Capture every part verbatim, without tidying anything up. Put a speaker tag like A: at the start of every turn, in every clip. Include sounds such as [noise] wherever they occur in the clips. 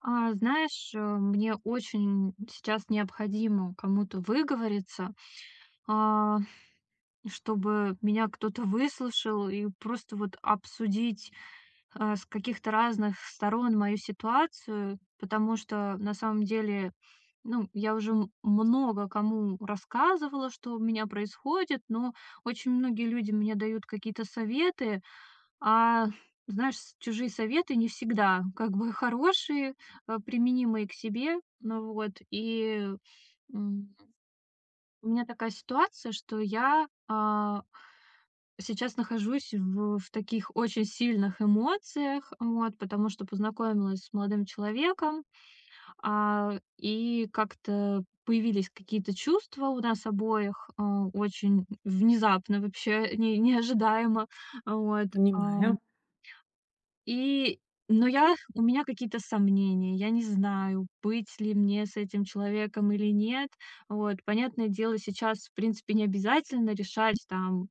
A: А, знаешь, э, мне очень сейчас необходимо кому-то выговориться, а, чтобы меня кто-то выслушал и просто вот обсудить а, с каких-то разных сторон мою ситуацию, потому что на самом деле, ну, я уже м- много кому рассказывала, что у меня происходит, но очень многие люди мне дают какие-то советы, а, знаешь, с чужие советы не всегда как бы хорошие, а, применимые к себе. Ну вот, и, м, у меня такая ситуация, что я, а, сейчас нахожусь в в таких очень сильных эмоциях, вот, потому что познакомилась с молодым человеком, а, и как-то появились какие-то чувства у нас обоих, а, очень внезапно вообще, не [laughs] неожидаемо. Вот, а
B: Понимаю.
A: и, но я у меня какие-то сомнения. Я не знаю, быть ли мне с этим человеком или нет. Вот, понятное дело, сейчас, в принципе, не обязательно решать, там,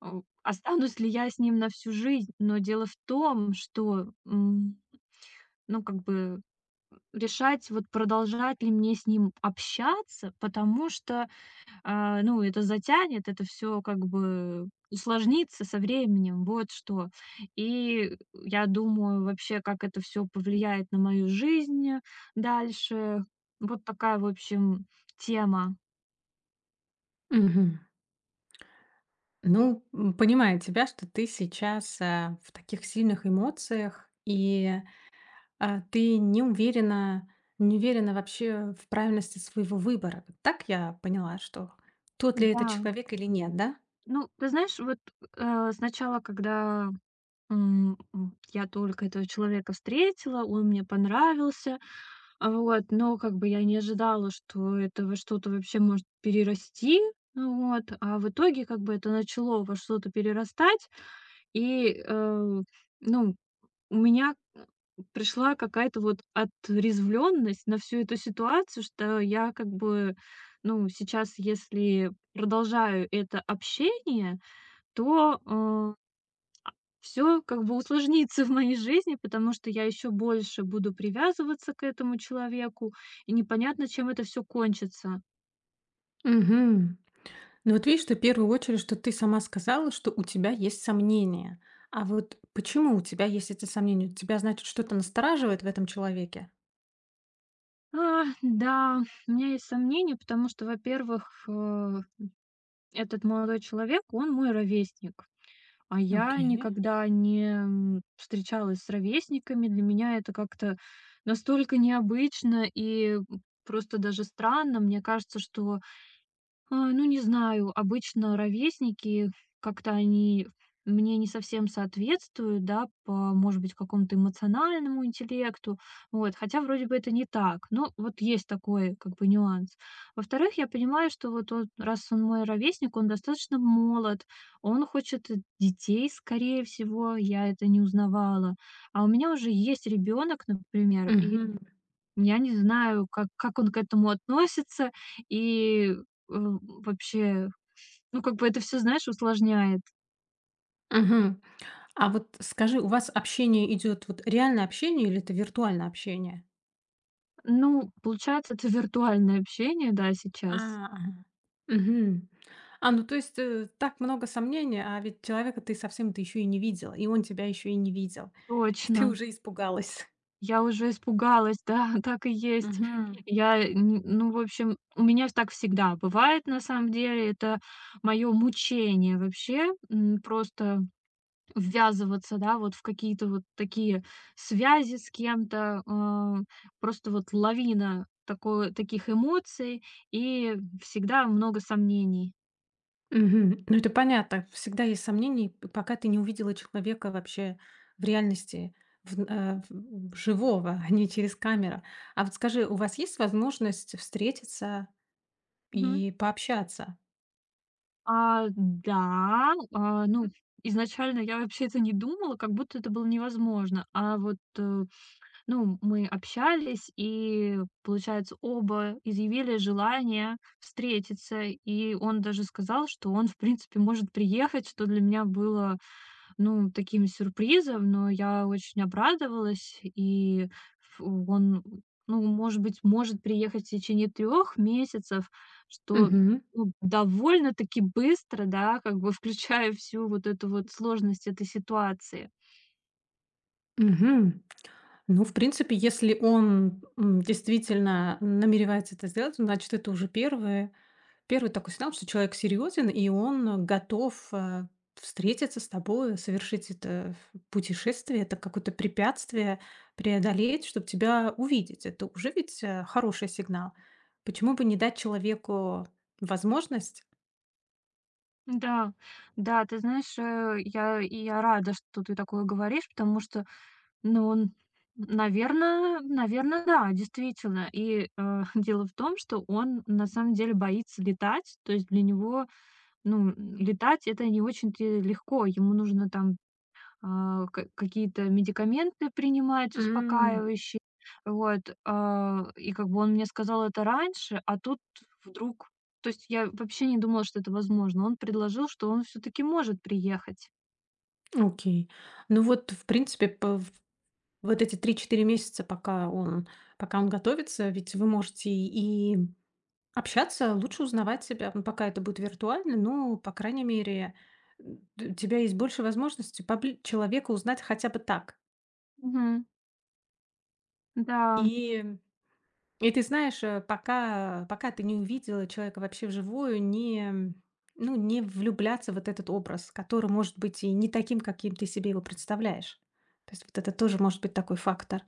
A: о, останусь ли я с ним на всю жизнь. Но дело в том, что, м, ну, как бы решать, вот продолжать ли мне с ним общаться, потому что а, ну, это затянет, это все как бы усложнится со временем, вот что. И я думаю вообще, как это все повлияет на мою жизнь дальше. Вот такая, в общем, тема.
B: Мгм. Ну, м, понимаю тебя, что ты сейчас э, в таких сильных эмоциях, и а, ты не уверена, не уверена вообще в правильности своего выбора. Вот. Так я поняла, что тот ли это
A: Да.
B: человек или нет, да?
A: Ну, ты знаешь, вот, э, сначала, когда, м, м, я только этого человека встретила, он мне понравился. А вот, но как бы я не ожидала, что это во что-то вообще может перерасти. Ну вот, а в итоге как бы это начало во что-то перерастать, и, э, ну, у меня, э, пришла какая-то вот отрезвленность на всю эту ситуацию, что я как бы, ну, сейчас, если продолжаю это общение, то, э, все как бы усложнится в моей жизни, потому что я еще больше буду привязываться к этому человеку, и непонятно, чем это все кончится.
B: Угу. Ну вот видишь, что в первую очередь, что ты сама сказала, что у тебя есть сомнения. А вот почему у тебя есть эти сомнения? У тебя, значит, что-то настораживает в этом человеке?
A: А, да, у меня есть сомнения, потому что, во-первых, э, этот молодой человек, он мой ровесник, а я
B: Окей.
A: никогда не, м, встречалась с ровесниками. Для меня это как-то настолько необычно и, просто даже странно. Мне кажется, что А, ну, не знаю, обычно ровесники, как-то они мне не совсем соответствуют, да, по, может быть, какому-то эмоциональному интеллекту, вот, хотя вроде бы это не так, но вот есть такой, как бы, нюанс. Во-вторых, я понимаю, что вот он, раз он мой ровесник, он достаточно молод, он хочет детей, скорее всего, я это не узнавала, а у меня уже есть ребенок, например, и
B: Угу.
A: я не знаю, как как он к этому относится и, э, вообще, ну, как бы это все, знаешь, усложняет.
B: Мгм. А вот скажи, у вас общение идет, вот, реальное общение или это виртуальное общение?
A: Ну, получается, это виртуальное общение, да, сейчас.
B: А, ага. Мгм. А, ну то есть э, так много сомнений, а ведь человека ты совсем, ты еще и не видела, и он тебя еще и не видел. [laughs] И ты
A: Точно.
B: уже испугалась.
A: Я уже испугалась, да, [laughs] так и есть.
B: Мгм.
A: Я, н ну, в общем, у меня ж так всегда бывает, на самом деле. Это мое мучение вообще. М, просто ввязываться, да, вот в какие-то вот такие связи с кем-то, а, просто вот лавина тако таких эмоций и всегда много сомнений.
B: Мгм. Ну это понятно. Всегда есть сомнения, п- пока ты не увидела человека вообще в реальности, в- э, в- в живого, [laughs] а не через камеру. А вот скажи, у вас есть возможность встретиться
A: Мгм.
B: и пообщаться?
A: А, да, а, ну, изначально я вообще это не думала, как будто это было невозможно. А вот, э, ну, мы общались, и, получается, оба изъявили желание встретиться, и он даже сказал, что он, в принципе, может приехать, что для меня было ну, таким сюрпризом, но я очень обрадовалась, и ф он, ну, может быть, может приехать в течение трех месяцев, что, ну, довольно-таки быстро, да, как бы включая всю вот эту вот сложность этой ситуации.
B: Мгм. Ну, в принципе, если он, м, действительно намеревается это сделать, значит, это уже первое первый такой сигнал, что человек серьезен, и он готов, э, встретиться с тобой, совершить это ф путешествие, это какое-то препятствие преодолеть, чтобы тебя увидеть. Это уже ведь, э, хороший сигнал. Почему бы не дать человеку возможность?
A: Да, да, ты знаешь, э, я и я рада, что ты такое говоришь, потому что, ну, он, наверно наверно, да, действительно. И, э, [laughs] дело в том, что он на самом деле боится летать, то есть для него ну, м, летать- это не очень-то легко. Ему нужно там, а, ка какие-то медикаменты принимать
B: М,
A: успокаивающие. Вот, а, и как бы он мне сказал это раньше, а тут вдруг то есть я вообще не думала, что это возможно. Он предложил, что он все таки может приехать.
B: окей. Ну вот, в принципе, вот эти три-четыре месяца, пока он пока он готовится, ведь вы можете и общаться, лучше узнавать себя. Ну, пока это будет виртуально, но, по крайней мере, м, т у тебя есть больше возможности побли человека узнать хотя бы так.
A: Мгм. Да.
B: И и ты знаешь, э, пока пока ты не увидела человека вообще вживую, не м, ну, не влюбляться в вот этот образ, который может быть и не таким, каким ты себе его представляешь. То есть вот это тоже может быть такой фактор.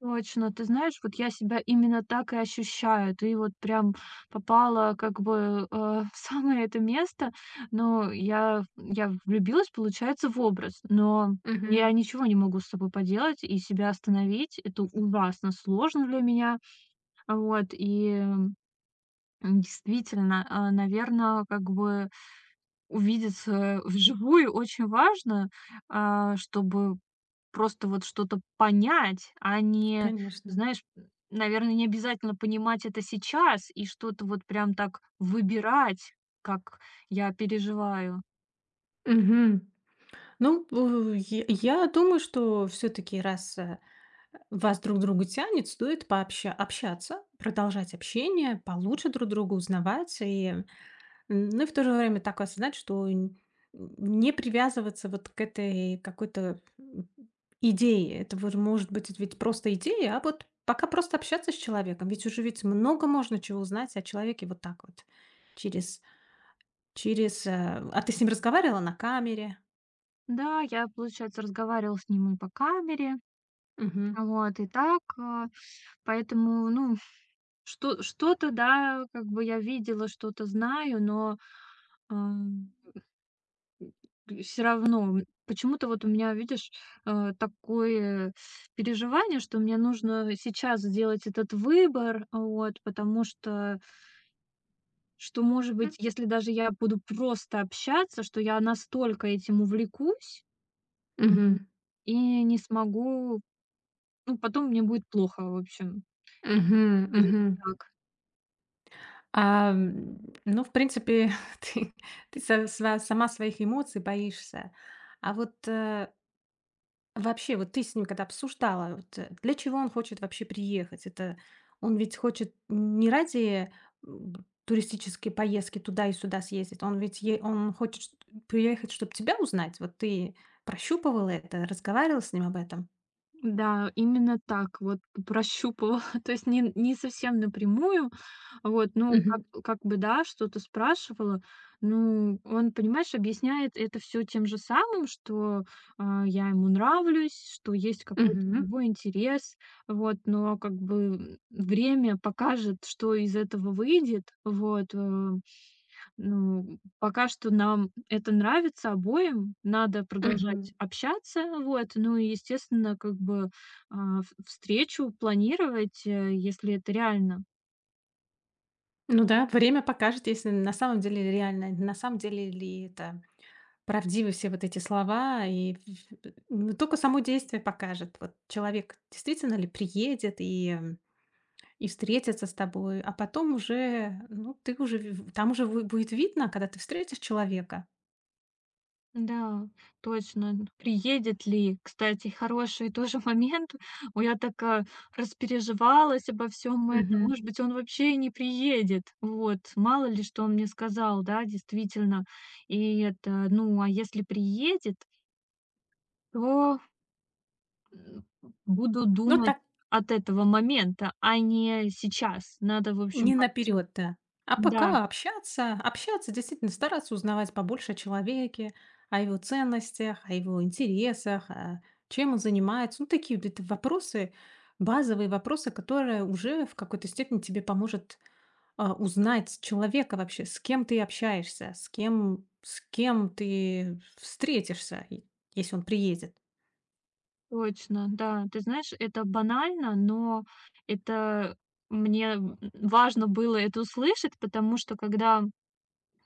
A: Точно, ты знаешь, вот я себя именно так и ощущаю. Ты вот прям попала как бы, э, в самое это место. Но я я влюбилась, получается, в образ, но я
B: Мгм.
A: ничего не могу с собой поделать и себя остановить. Это ужасно сложно для меня. Вот, и м, Действительно, наверное, как бы увидеться [laughs] вживую очень важно, а, чтобы просто вот что-то понять, а не,
B: Конечно.
A: знаешь, наверное, не обязательно понимать это сейчас и что-то вот прям так выбирать, как я переживаю.
B: Мгм. Ну, у я я думаю, что все таки раз, э, вас друг к другу тянет, стоит пообща общаться, продолжать общение, получше друг друга узнавать. И, м, ну, и в то же время так осознать, что н не привязываться вот к этой какой-то, м, идее. Это вот может быть ведь просто идея, а вот пока просто общаться с человеком. Ведь уже ведь много можно чего узнать о человеке вот так вот через через, э А ты с ним разговаривала на камере?
A: Да, я, получается, разговаривала с ним и по камере,
B: Угу,
A: вот, и так, а, поэтому, ну, что что-то, да, как бы я видела, что-то знаю, но, ам все равно, м, почему-то вот у меня, видишь, э, такое переживание, что мне нужно сейчас сделать этот выбор, вот, потому что, что, может
B: угу.
A: быть, если даже я буду просто общаться, что я настолько этим увлекусь, м, и не смогу, ну, потом мне будет плохо, в общем,
B: Мгм,
A: что-то пойдет
B: мгм.
A: не так.
B: А, м, ну, в принципе, [laughs] ты ты са сва сама своих эмоций боишься. А вот, э, вообще, вот ты с ним когда обсуждала, вот, э, для чего он хочет вообще приехать? Это он ведь хочет не ради, м, туристические поездки туда и сюда съездить, он ведь е он хочет чт приехать, чтобы тебя узнать. Вот ты прощупывала это, разговаривала с ним об этом?
A: Да, именно так вот прощупывала, [laughs] то есть не, не совсем напрямую, вот, ну, как
B: Мгм,
A: как бы да, что-то спрашивала. Ну, он, понимаешь, объясняет это все тем же самым, что, а, я ему нравлюсь, что есть какой-то у
B: мгм,
A: него интерес. Вот, но как бы, м, время покажет, что из этого выйдет. Вот, э, ну, пока что нам это нравится обоим, надо
B: мгм.
A: продолжать общаться. Вот, ну и, естественно, как бы, а, в встречу планировать, э, если это реально.
B: Ну да, время покажет, если на самом деле реально, на самом деле ли это, правдивы все вот эти слова, и ф- ф- ну, только само действие покажет, вот человек действительно ли приедет и, м, и встретится с тобой, а потом уже, ну, ты уже, в- там уже вы- будет видно, когда ты встретишь человека.
A: Да, точно. Приедет ли? Кстати, хороший тоже момент. [laughs] Ой, я так, а, распереживалась обо всем этом.
B: Мгм.
A: Может быть, он вообще и не приедет. Вот, мало ли, что он мне сказал, да, действительно. И это, ну, а если приедет, то, м, буду
B: Ну,
A: думать от этого момента, а не сейчас. Надо, в общем,
B: не
A: как-то с
B: наперед, да. А
A: Да.
B: пока общаться, общаться, действительно стараться узнавать побольше о человеке, о его ценностях, о его интересах, а, чем он занимается. Ну, такие вот это вопросы, базовые вопросы, которые уже в какой-то степени тебе поможет а, узнать человека вообще, с кем ты общаешься, с кем, с кем ты встретишься, и- если он приедет.
A: Точно, да. Ты знаешь, это банально, но это мне м, важно было это услышать, потому что когда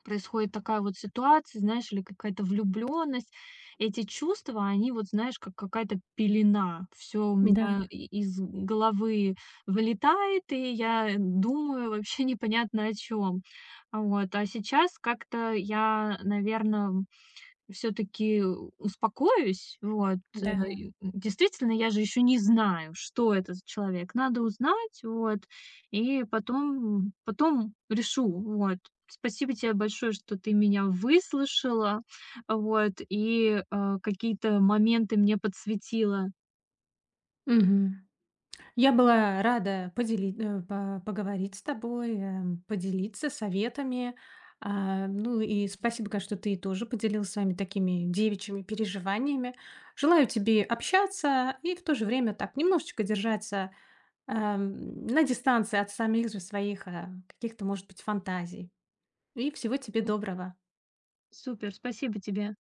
A: происходит такая вот ситуация, знаешь, или какая-то влюбленность, эти чувства, они вот, знаешь, как какая-то пелена. Все у
B: Да,
A: меня Мгм. и- из головы вылетает, и я думаю вообще [laughs] непонятно о чем. Вот. А сейчас как-то я, наверное, все таки успокоюсь. Вот, э,
B: да.
A: и, м, действительно, я же еще не знаю, что это за человек. Надо узнать, вот, и потом потом решу. Вот. Спасибо тебе большое, что ты меня выслушала, вот, и, э, какие-то моменты мне подсветила.
B: Мгм. Я была рада подели э, по поговорить с тобой, э, поделиться советами. А, ну и спасибо, конечно, что ты тоже поделилась своими такими девичьими переживаниями. Желаю тебе общаться и в то же время так немножечко держаться, ам, на дистанции от самих же своих, а, каких-то, может быть, фантазий. И всего тебе
A: Суп
B: доброго.
A: Супер, спасибо тебе.